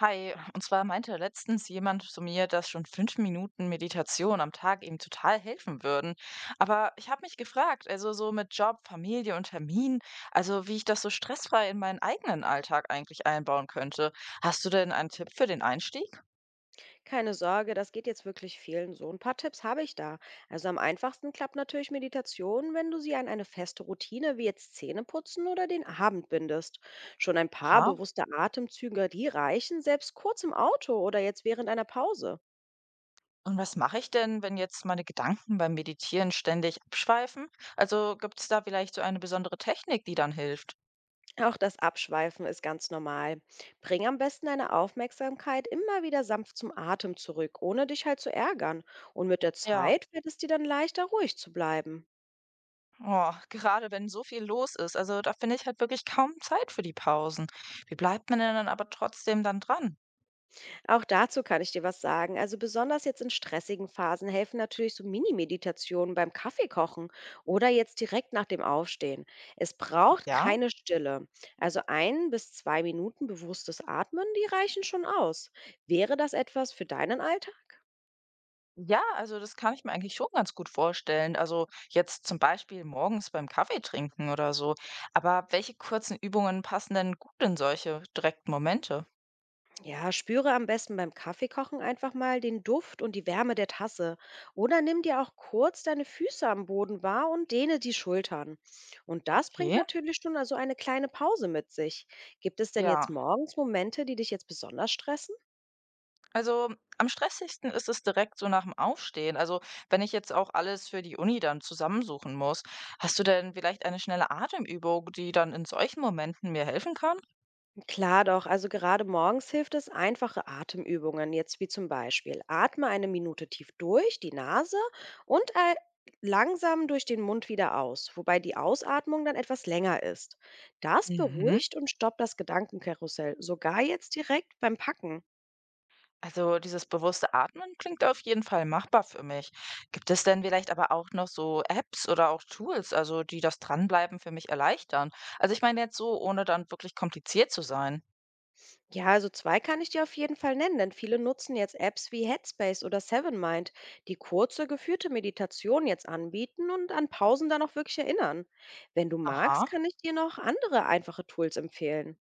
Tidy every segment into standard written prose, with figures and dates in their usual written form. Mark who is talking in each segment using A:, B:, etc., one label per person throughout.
A: Hi, und zwar meinte letztens jemand zu mir, dass schon 5 Minuten Meditation am Tag ihm total helfen würden. Aber ich habe mich gefragt, also so mit Job, Familie und Termin, also wie ich das so stressfrei in meinen eigenen Alltag eigentlich einbauen könnte. Hast du denn einen Tipp für den Einstieg?
B: Keine Sorge, das geht jetzt wirklich vielen so. Ein paar Tipps habe ich da. Also am einfachsten klappt natürlich Meditation, wenn du sie an eine feste Routine wie jetzt Zähneputzen oder den Abend bindest. Schon ein paar
A: Aha.
B: bewusste Atemzüge, die reichen, selbst kurz im Auto oder jetzt während einer Pause.
A: Und was mache ich denn, wenn jetzt meine Gedanken beim Meditieren ständig abschweifen? Also gibt es da vielleicht so eine besondere Technik, die dann hilft?
B: Auch das Abschweifen ist ganz normal. Bring am besten deine Aufmerksamkeit immer wieder sanft zum Atem zurück, ohne dich halt zu ärgern. Und mit der
A: Ja.
B: Zeit wird es dir dann leichter, ruhig zu bleiben.
A: Oh, gerade wenn so viel los ist, also da finde ich halt wirklich kaum Zeit für die Pausen. Wie bleibt man denn dann aber trotzdem dann dran?
B: Auch dazu kann ich dir was sagen. Also besonders jetzt in stressigen Phasen helfen natürlich so Mini-Meditationen beim Kaffeekochen oder jetzt direkt nach dem Aufstehen. Es
A: Ach
B: braucht
A: ja?
B: keine Stille. Also 1 bis 2 Minuten bewusstes Atmen, die reichen schon aus. Wäre das etwas für deinen Alltag?
A: Ja, also das kann ich mir eigentlich schon ganz gut vorstellen. Also jetzt zum Beispiel morgens beim Kaffee trinken oder so. Aber welche kurzen Übungen passen denn gut in solche direkten Momente?
B: Ja, spüre am besten beim Kaffeekochen einfach mal den Duft und die Wärme der Tasse. Oder nimm dir auch kurz deine Füße am Boden wahr und dehne die Schultern. Und das bringt
A: Okay.
B: natürlich schon also eine kleine Pause mit sich. Gibt es denn jetzt
A: Ja.
B: morgens Momente, die dich jetzt besonders stressen?
A: Also am stressigsten ist es direkt so nach dem Aufstehen. Also wenn ich jetzt auch alles für die Uni dann zusammensuchen muss, hast du denn vielleicht eine schnelle Atemübung, die dann in solchen Momenten mir helfen kann?
B: Klar doch, also gerade morgens hilft es einfache Atemübungen, jetzt wie zum Beispiel atme 1 Minute tief durch die Nase und langsam durch den Mund wieder aus, wobei die Ausatmung dann etwas länger ist. Das
A: Mhm.
B: beruhigt und stoppt das Gedankenkarussell, sogar jetzt direkt beim Packen.
A: Also dieses bewusste Atmen klingt auf jeden Fall machbar für mich. Gibt es denn vielleicht aber auch noch so Apps oder auch Tools, also die das Dranbleiben für mich erleichtern? Also ich meine jetzt so, ohne dann wirklich kompliziert zu sein.
B: Ja, also zwei kann ich dir auf jeden Fall nennen, denn viele nutzen jetzt Apps wie Headspace oder Sevenmind, die kurze, geführte Meditation jetzt anbieten und an Pausen dann auch wirklich erinnern. Wenn du magst,
A: Aha.
B: kann ich dir noch andere einfache Tools empfehlen.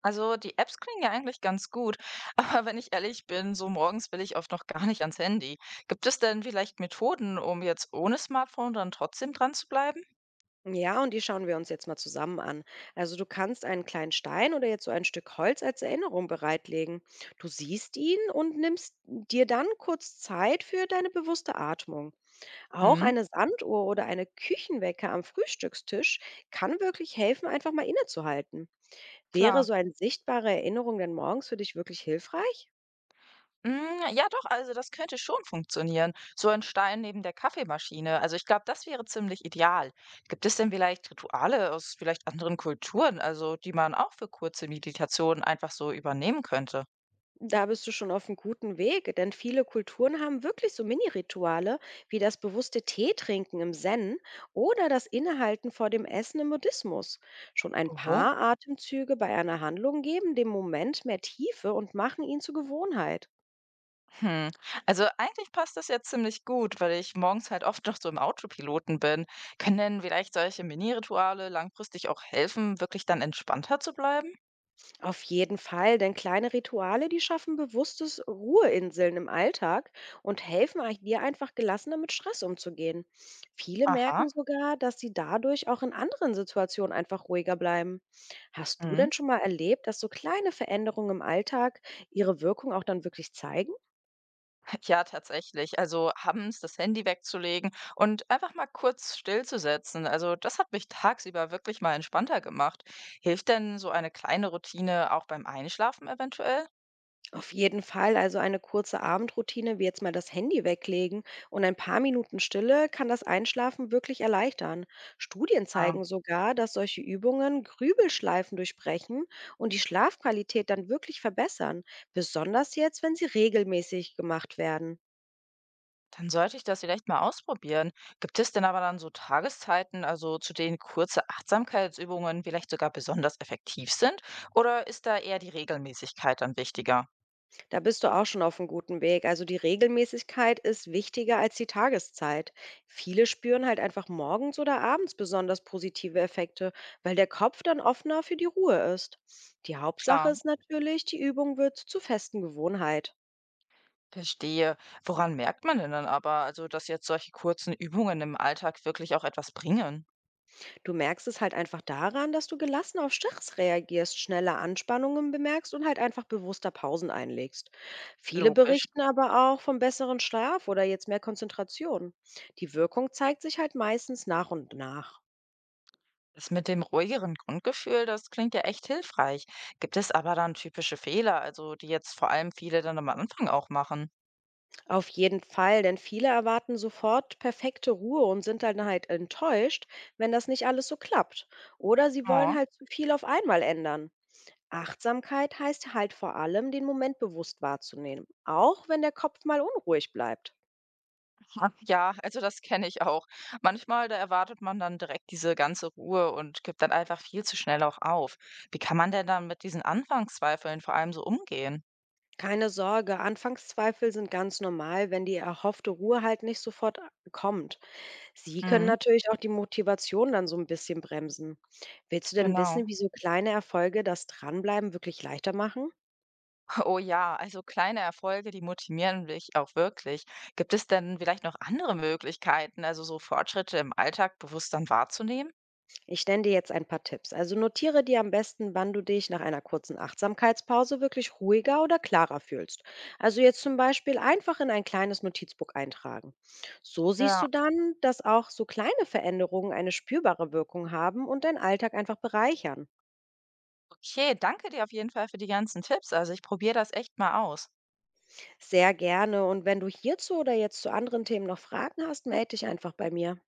A: Also die Apps klingen ja eigentlich ganz gut, aber wenn ich ehrlich bin, so morgens will ich oft noch gar nicht ans Handy. Gibt es denn vielleicht Methoden, um jetzt ohne Smartphone dann trotzdem dran zu bleiben?
B: Ja, und die schauen wir uns jetzt mal zusammen an. Also du kannst einen kleinen Stein oder jetzt so ein Stück Holz als Erinnerung bereitlegen. Du siehst ihn und nimmst dir dann kurz Zeit für deine bewusste Atmung. Auch
A: Mhm,
B: eine Sanduhr oder eine Küchenwecker am Frühstückstisch kann wirklich helfen, einfach mal innezuhalten. Wäre
A: klar.
B: so eine sichtbare Erinnerung denn morgens für dich wirklich hilfreich?
A: Mm, ja doch, also das könnte schon funktionieren. So ein Stein neben der Kaffeemaschine. Also ich glaube, das wäre ziemlich ideal. Gibt es denn vielleicht Rituale aus vielleicht anderen Kulturen, also die man auch für kurze Meditationen einfach so übernehmen könnte?
B: Da bist du schon auf einem guten Weg, denn viele Kulturen haben wirklich so Mini-Rituale wie das bewusste Teetrinken im Zen oder das Innehalten vor dem Essen im Buddhismus. Schon ein
A: Oho.
B: paar Atemzüge bei einer Handlung geben dem Moment mehr Tiefe und machen ihn zur Gewohnheit.
A: Hm, also eigentlich passt das ja ziemlich gut, weil ich morgens halt oft noch so im Autopiloten bin. Können denn vielleicht solche Mini-Rituale langfristig auch helfen, wirklich dann entspannter zu bleiben?
B: Auf jeden Fall, denn kleine Rituale, die schaffen bewusstes Ruheinseln im Alltag und helfen dir einfach gelassener mit Stress umzugehen. Viele
A: Aha.
B: merken sogar, dass sie dadurch auch in anderen Situationen einfach ruhiger bleiben. Hast du
A: Mhm.
B: denn schon mal erlebt, dass so kleine Veränderungen im Alltag ihre Wirkung auch dann wirklich zeigen?
A: Ja, tatsächlich. Also abends das Handy wegzulegen und einfach mal kurz stillzusetzen. Also das hat mich tagsüber wirklich mal entspannter gemacht. Hilft denn so eine kleine Routine auch beim Einschlafen eventuell?
B: Auf jeden Fall, also eine kurze Abendroutine, wie jetzt mal das Handy weglegen und ein paar Minuten Stille, kann das Einschlafen wirklich erleichtern. Studien zeigen sogar, dass solche Übungen Grübelschleifen durchbrechen und die Schlafqualität dann wirklich verbessern, besonders jetzt, wenn sie regelmäßig gemacht werden.
A: Dann sollte ich das vielleicht mal ausprobieren. Gibt es denn aber dann so Tageszeiten, also zu denen kurze Achtsamkeitsübungen vielleicht sogar besonders effektiv sind? Oder ist da eher die Regelmäßigkeit dann wichtiger?
B: Da bist du auch schon auf einem guten Weg. Also, die Regelmäßigkeit ist wichtiger als die Tageszeit. Viele spüren halt einfach morgens oder abends besonders positive Effekte, weil der Kopf dann offener für die Ruhe ist. Die Hauptsache
A: Klar,
B: ist natürlich, die Übung wird zur festen Gewohnheit.
A: verstehe. Woran merkt man denn dann aber, also dass jetzt solche kurzen Übungen im Alltag wirklich auch etwas bringen?
B: Du merkst es halt einfach daran, dass du gelassen auf Stress reagierst, schneller Anspannungen bemerkst und halt einfach bewusster Pausen einlegst. Viele
A: Logisch.
B: berichten aber auch vom besseren Schlaf oder jetzt mehr Konzentration. Die Wirkung zeigt sich halt meistens nach und nach.
A: Das mit dem ruhigeren Grundgefühl, das klingt ja echt hilfreich. Gibt es aber dann typische Fehler, also die jetzt vor allem viele dann am Anfang auch machen?
B: Auf jeden Fall, denn viele erwarten sofort perfekte Ruhe und sind dann halt enttäuscht, wenn das nicht alles so klappt. Oder sie wollen
A: Ja.
B: halt zu viel auf einmal ändern. Achtsamkeit heißt halt vor allem, den Moment bewusst wahrzunehmen, auch wenn der Kopf mal unruhig bleibt.
A: Ah, ja, also das kenne ich auch. Manchmal, da erwartet man dann direkt diese ganze Ruhe und gibt dann einfach viel zu schnell auch auf. Wie kann man denn dann mit diesen Anfangszweifeln vor allem so umgehen?
B: Keine Sorge, Anfangszweifel sind ganz normal, wenn die erhoffte Ruhe halt nicht sofort kommt. Sie können
A: Mhm,
B: natürlich auch die Motivation dann so ein bisschen bremsen. Willst du denn wissen,
A: genau.
B: wie so kleine Erfolge das Dranbleiben wirklich leichter machen?
A: Oh ja, also kleine Erfolge, die motivieren mich auch wirklich. Gibt es denn vielleicht noch andere Möglichkeiten, also so Fortschritte im Alltag bewusst dann wahrzunehmen?
B: Ich nenne dir jetzt ein paar Tipps. Also notiere dir am besten, wann du dich nach einer kurzen Achtsamkeitspause wirklich ruhiger oder klarer fühlst. Also jetzt zum Beispiel einfach in ein kleines Notizbuch eintragen. So siehst du
A: Ja,
B: dann, dass auch so kleine Veränderungen eine spürbare Wirkung haben und deinen Alltag einfach bereichern.
A: okay, danke dir auf jeden Fall für die ganzen Tipps. Also ich probiere das echt mal aus.
B: Sehr gerne. Und wenn du hierzu oder jetzt zu anderen Themen noch Fragen hast, melde dich einfach bei mir.